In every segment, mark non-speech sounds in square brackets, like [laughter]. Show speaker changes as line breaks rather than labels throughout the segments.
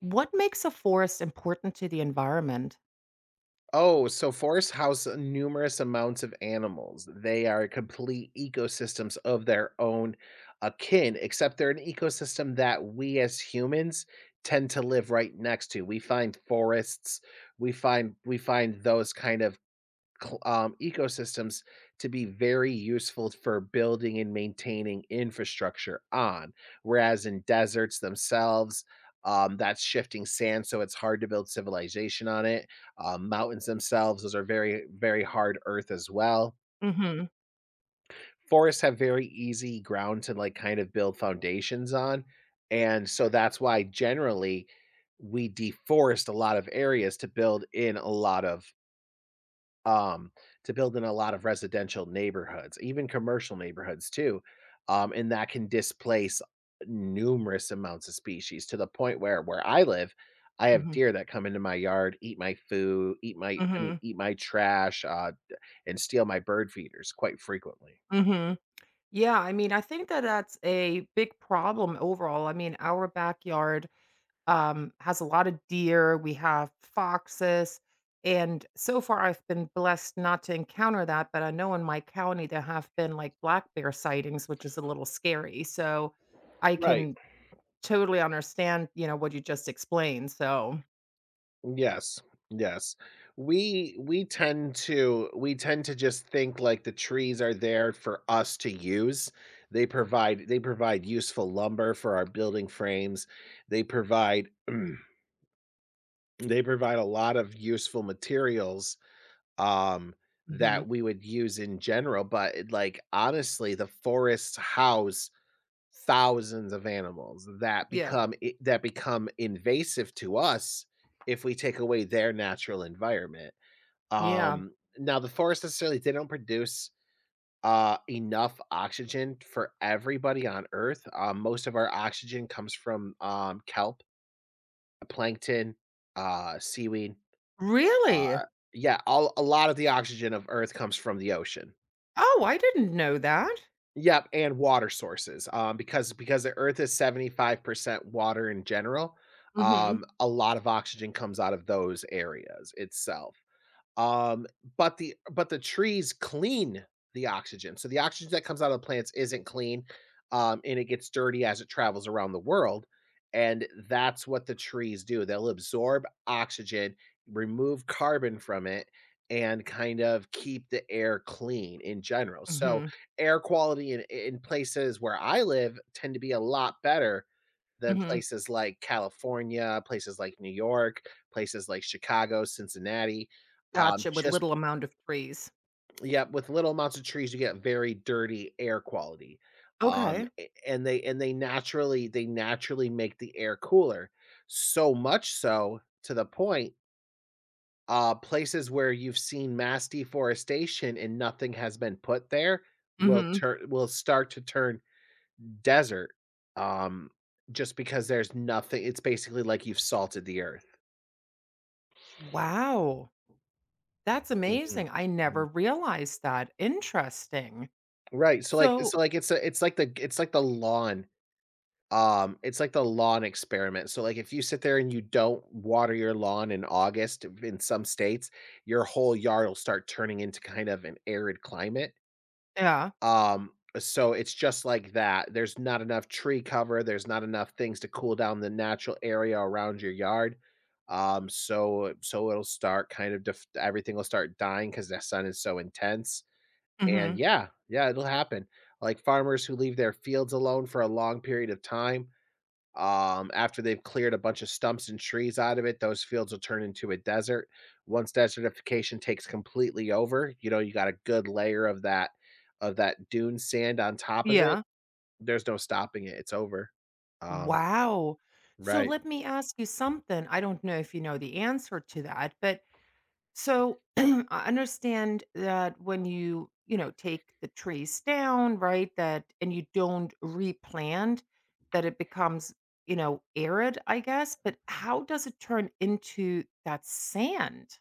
What makes a forest important to the environment?
Oh, so forests house numerous amounts of animals. They are complete ecosystems of their own akin, except they're an ecosystem that we as humans tend to live right next to. We find forests, we find those kind of ecosystems to be very useful for building and maintaining infrastructure on. Whereas in deserts themselves, that's shifting sand, so it's hard to build civilization on it. Mountains themselves, those are very, very hard earth as well.
Mhm,
Forests have very easy ground to like kind of build foundations on. And so that's why generally we deforest a lot of areas to build in a lot of um, to build in a lot of residential neighborhoods, even commercial neighborhoods too. And that can displace numerous amounts of species to the point where I live, I have
mhm,
deer that come into my yard, eat my food, eat my
mhm,
eat my trash, and steal my bird feeders quite frequently.
mhm. Yeah, I mean, I think that that's a big problem overall. I mean, our backyard, has a lot of deer, we have foxes, and so far I've been blessed not to encounter that, but I know in my county there have been, like, black bear sightings, which is a little scary, so I
Right.
can totally understand, what you just explained, so.
Yes, yes. We tend to just think like the trees are there for us to use. They provide useful lumber for our building frames. They provide [clears throat] they provide a lot of useful materials um that
Mhm.
we would use in general, but like honestly, the forests house thousands of animals that
Yeah.
become that become invasive to us if we take away their natural environment.
Yeah.
Um, Now, the forests necessarily they don't produce enough oxygen for everybody on Earth. Most of our oxygen comes from kelp, plankton, seaweed. Uh,
Really?
yeah, a lot of the oxygen of Earth comes from the ocean.
Oh, I didn't know that.
Yep, and water sources, because the Earth is 75% water in general,
Mhm.
a lot of oxygen comes out of those areas itself. Um, but the trees clean the oxygen. So the oxygen that comes out of the plants isn't clean, and it gets dirty as it travels around the world. And that's what the trees do. They'll absorb oxygen, remove carbon from it, and kind of keep the air clean in general. So
Mhm.
air quality in places where I live tend to be a lot better than
Mhm.
places like California, places like New York, places like Chicago, Cincinnati.
Gotcha, with
Just
little amount of trees.
Yeah, with little amounts of trees, you get very dirty air quality.
Okay.
And they naturally make the air cooler. So much so to the point, places where you've seen mass deforestation and nothing has been put there
Mhm.
will start to turn desert, um, just because there's nothing it's basically like you've salted the earth.
Wow, that's
Mhm,
amazing. I never
mhm.
realized that. Interesting.
Right,
So
so, like, it's a it's like the lawn, it's like the lawn experiment, so, like, if you sit there and you don't water your lawn in August in some states, your whole yard will start turning into kind of an arid climate.
yeah.
Um, so it's just like that. There's not enough tree cover, there's not enough things to cool down the natural area around your yard. So it'll start kind of everything will start dying because the sun is so intense. And
Mhm.
yeah, yeah, it'll happen. Like farmers who leave their fields alone for a long period of time, after they've cleared a bunch of stumps and trees out of it, those fields will turn into a desert. Once desertification takes completely over, you know, you got a good layer of that dune sand on top of it.
Yeah.
There's no stopping it. It's over. Um,
Wow. So
right.
let me ask you something. I don't know if you know the answer to that, but so [clears throat] I understand that when you take the trees down, right? That and you don't replant, that it becomes arid, I guess. But how does it turn into that sand?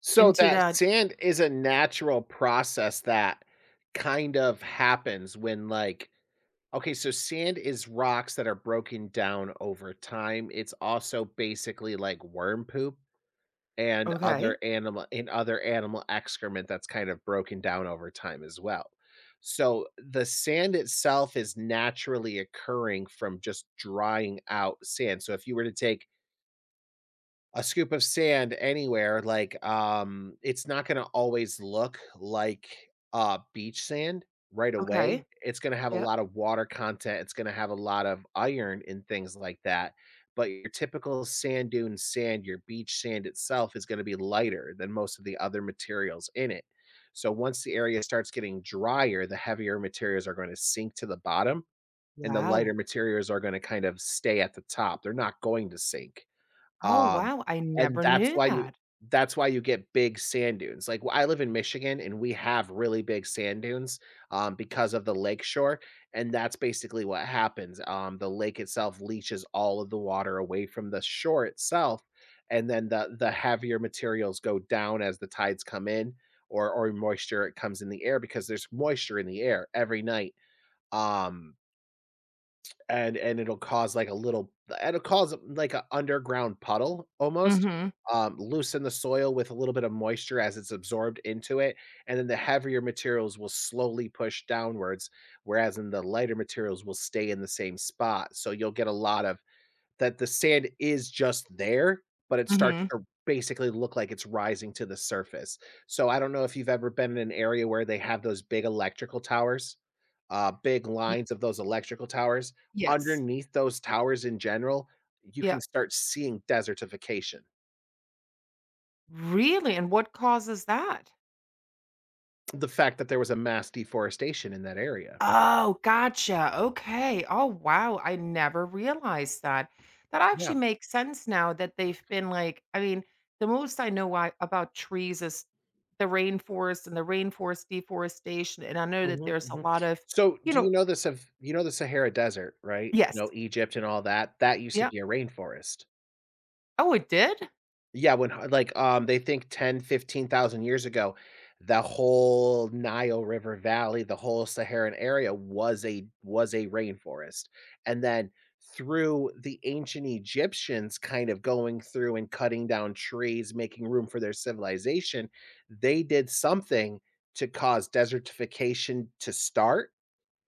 So
Into
that
that.
sand is a natural process that kind of happens when like okay, so sand is rocks that are broken down over time. It's also basically like worm poop. And
Okay.
other animal in other animal excrement that's kind of broken down over time as well. So, the sand itself is naturally occurring from just drying out sand. So, if you were to take a scoop of sand anywhere, like, it's not gonna always look like, beach sand right away.
Okay.
It's gonna have a
Yeah.
lot of water content, it's gonna have a lot of iron and things like that, but your typical sand dune sand, your beach sand itself is gonna be lighter than most of the other materials in it. So once the area starts getting drier, the heavier materials are gonna sink to the bottom, and the lighter
Wow.
materials are gonna kind of stay at the top, they're not going to sink.
Oh
Um,
wow. I
and
never knew that.
that's why you get big sand dunes. Like, I live in Michigan, and we have really big sand dunes, because of the lakeshore, and that's basically what happens. The lake itself leaches all of the water away from the shore itself, and then the heavier materials go down as the tides come in or moisture it comes in the air because there's moisture in the air every night. Um and it'll cause like a little it'll cause like an underground puddle almost.
Mm-hmm.
Loosen the soil with a little bit of moisture as it's absorbed into it, and then the heavier materials will slowly push downwards, whereas in the lighter materials will stay in the same spot. So you'll get a lot of that the sand is just there, but it starts
Mm-hmm.
to basically look like it's rising to the surface. So I don't know if you've ever been in an area where they have those big electrical towers, big lines of those electrical towers.
Yes.
Underneath those towers in general, you can
Yeah.
start seeing desertification.
Really? And what causes that?
The fact that there was a mass deforestation in that area.
Oh, gotcha. Okay. Oh, wow. I never realized that. That actually
Yeah.
makes sense now that they've been, like, I mean, the most I know why about trees is the rainforest and the rainforest deforestation. And I know that
Mhm,
there's a
mhm.
lot of,
So
you
do
know,
you know this of you know the Sahara Desert, right? You
yes.
know, Egypt and all that, that used to
Yeah.
be a rainforest.
Oh, it did?
Yeah, they think 10, 15,000 years ago, the whole Nile River Valley, the whole Saharan area was a rainforest, and then through the ancient Egyptians kind of going through and cutting down trees, making room for their civilization, they did something to cause desertification to start,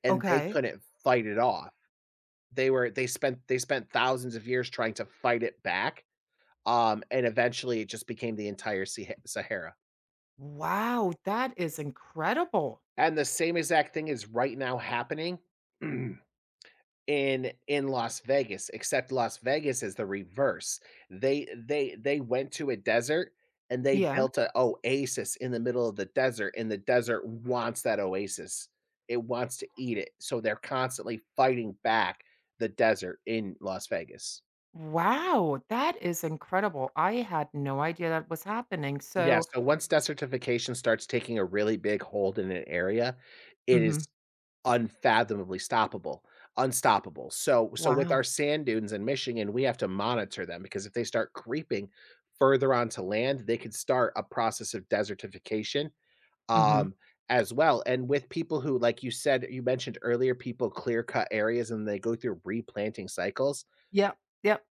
and they
Okay.
couldn't fight it off. They spent thousands of years trying to fight it back, and eventually it just became the entire Sahara.
Wow. That is incredible.
And the same exact thing is right now happening [clears throat] in in Las Vegas, except Las Vegas is the reverse. They went to a desert and they
Yeah.
built a oasis in the middle of the desert, and the desert wants that oasis. It wants to eat it, so they're constantly fighting back the desert in Las Vegas.
Wow. That is incredible. I had no idea that was happening.
Yeah,
So,
so once desertification starts taking a really big hold in an area, it
mhm.
is unfathomably stoppable unstoppable. So with our
Wow.
sand dunes in Michigan, we have to monitor them because if they start creeping further onto land, they could start a process of desertification,
Hmm.
um, as well. And with people who, like you said, you mentioned earlier, people clear cut areas and they go through replanting cycles.
Yep. Yep.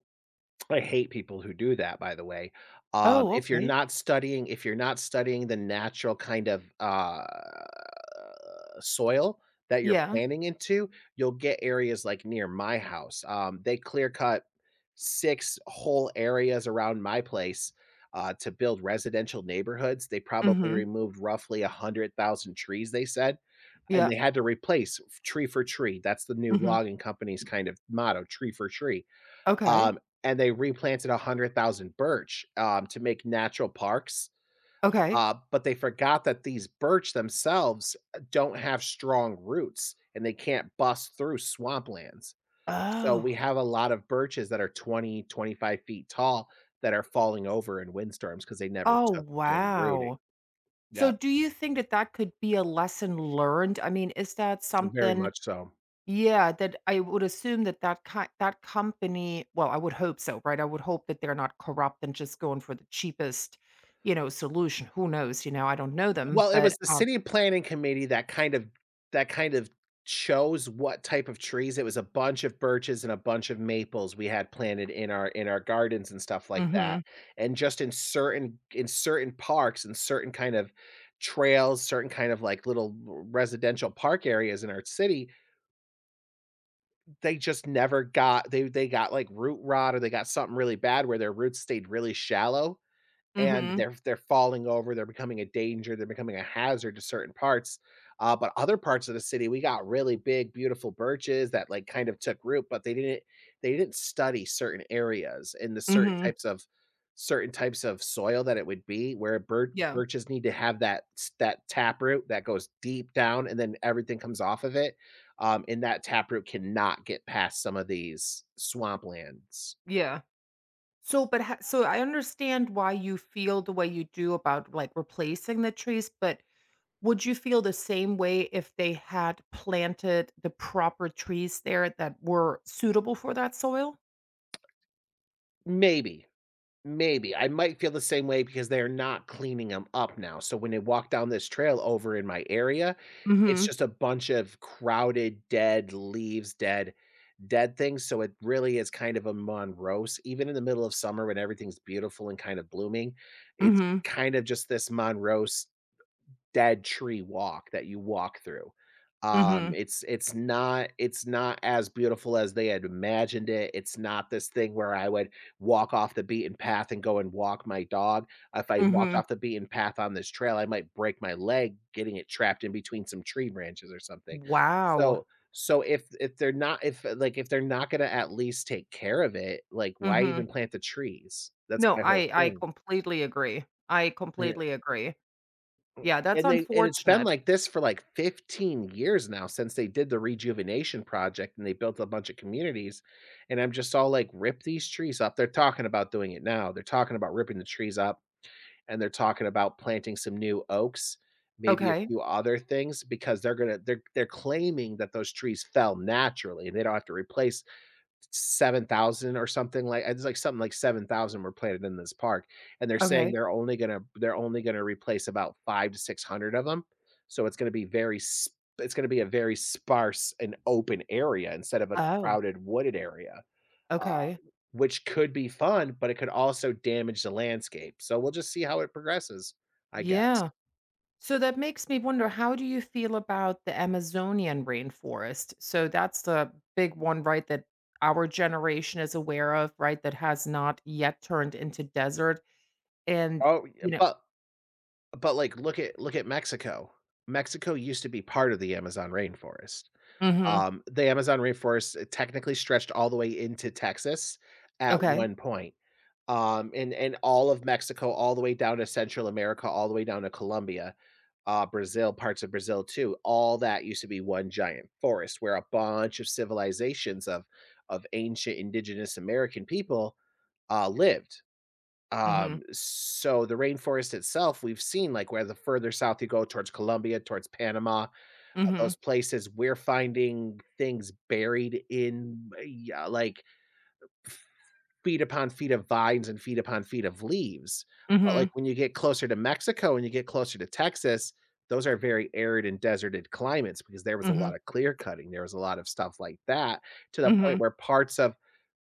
I hate people who do that, by the way.
Oh, okay.
If you're not studying the natural kind of, soil that you're
Yeah.
planting into, you'll get areas like near my house. They clear cut 6 whole areas around my place, to build residential neighborhoods. They probably
Mhm.
removed roughly 100,000 trees, they said, and
Yeah.
they had to replace f tree for tree. That's the new
Mhm.
logging company's kind of motto, "Tree for tree."
Okay.
Um, and they replanted 100,000 birch, to make natural parks,
Okay.
but they forgot that these birch themselves, don't have strong roots, and they can't bust through swamplands. So
Oh.
we have a lot of birches that are 20, 25 feet tall that are falling over in windstorms because they never
Oh,
took good rooting.
wow. So
Yeah,
do you think that that could be a lesson learned? I mean, is that
very
something,
much so.
yeah, that I would assume that that ki that company? Well, I would hope so, right? I would hope that they're not corrupt and just going for the cheapest, solution. Who knows, I don't know them,
Well, it
but,
was the
um
city planning committee that kind of chose what type of trees. It was a bunch of birches and a bunch of maples we had planted in our gardens and stuff like that.
Mhm.
And just in certain parks and certain kind of trails, certain kind of like little residential park areas in our city, they just never got. They got like root rot, or they got something really bad where their roots stayed really shallow, and
Mhm.
they're falling over. They're becoming a danger, they're becoming a hazard to certain parts, but other parts of the city, we got really big, beautiful birches that, like, kind of took root, but they didn't study certain areas and the certain
Mhm.
types of certain types of soil that it would be, where bir
Yeah.
birches need to have that taproot that goes deep down and then everything comes off of it. And that taproot cannot get past some of these swamplands.
Yeah. So, but ho so I understand why you feel the way you do about, like, replacing the trees, but would you feel the same way if they had planted the proper trees there that were suitable for that soil?
Maybe. Maybe. I might feel the same way, because they're not cleaning them up now, so when I walk down this trail over in my area, it's
Mhm.
just a bunch of crowded, dead leaves, dead things, so it really is kind of a Monrose. Even in the middle of summer when everything's beautiful and kind of blooming, it's
Mhm.
kind of just this Monrose dead tree walk that you walk through. Um,
Mhm.
it's it's not it's not as beautiful as they had imagined it. It's not this thing where I would walk off the beaten path and go and walk my dog. If I walked
Mhm.
off the beaten path on this trail, I might break my leg getting it trapped in between some tree branches or something.
Wow.
So so, if they're not gonna at least take care of it, like, why even
Mhm.
plant the trees? That's
No,
my whole
I
thing.
completely agree. I completely agree. Yeah, that's
And it's been
unfortunate.
like this for like 15 years now, since they did the rejuvenation project and they built a bunch of communities. And I'm just all like, rip these trees up. They're talking about doing it now. They're talking about ripping the trees up, and they're talking about planting some new oaks, maybe a
Okay.
few other things, because they're gonna they're claiming that those trees fell naturally and they don't have to replace 7,000, or something, like, it's like something like 7,000 were planted in this park, and they're saying
Okay.
they're only gonna replace about 5 to 600 of them. So it's gonna be a very sparse and open area instead of a
Oh,
crowded wooded area, uh,
okay.
which could be fun, but it could also damage the landscape. So we'll just see how it progresses, I guess.
Yeah. So that makes me wonder, how do you feel about the Amazonian rainforest? So that's the big one, right, that our generation is aware of, right, that has not yet turned into desert. And,
Oh, yeah,
you know
but, like, look at Mexico. Mexico used to be part of the Amazon rainforest.
mhm,
The Amazon rainforest technically stretched all the way into Texas at
okay.
one point, and all of Mexico, all the way down to Central America, all the way down to Colombia, Brazil, parts of Brazil too. All that used to be one giant forest where a bunch of civilizations of ancient indigenous American people lived.
Mhm,
So the rainforest itself, we've seen, like, where the further south you go towards Colombia, towards Panama,
mhm,
those places, we're finding things buried in, yeah, like, feet upon feet of vines and feet upon feet of leaves. But, like,
mhm,
when you get closer to Mexico and you get closer to Texas, those are very arid and deserted climates, because there was a
mhm,
lot of clear cutting, there was a lot of stuff like that, to the point
mhm,
where parts of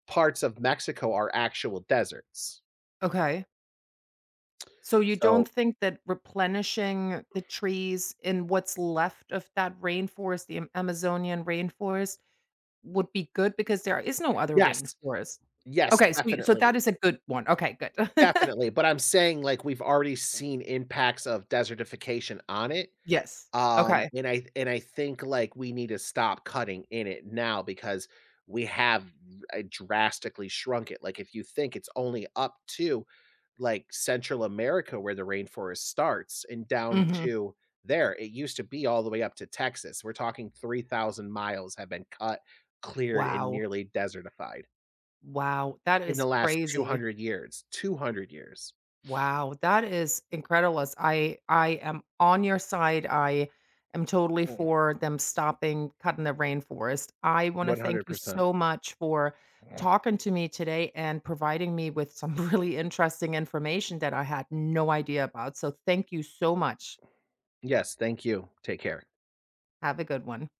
parts of Mexico are actual deserts.
okay. So you don't
So,
think that replenishing the trees in what's left of that rainforest, the Am Amazonian rainforest, would be good because there is no other
yes,
rainforest?
yes,
Okay, so
definitely,
that is a good one. Okay, good. [laughs]
definitely, but I'm saying, like, we've already seen impacts of desertification on it.
Yes.
Um,
Okay.
and I and I think, like, we need to stop cutting in it now, because we have drastically shrunk it. Like, if you think it's only up to, like, Central America where the rainforest starts and down
Mhm.
to there, it used to be all the way up to Texas. We're talking 3,000 miles have been cut, cleared, and
Wow.
nearly desertified
Wow, that
in the
is
last
crazy.
200 years. 200 years.
Wow, that is incredibles. I am on your side. I am totally
Mm.
for them stopping cutting the rainforest. I wanna thank you
100%.
so much for talking to me today and providing me with some [laughs] really interesting information that I had no idea about. So thank you so much.
Yes, thank you. Take care.
Have a good one.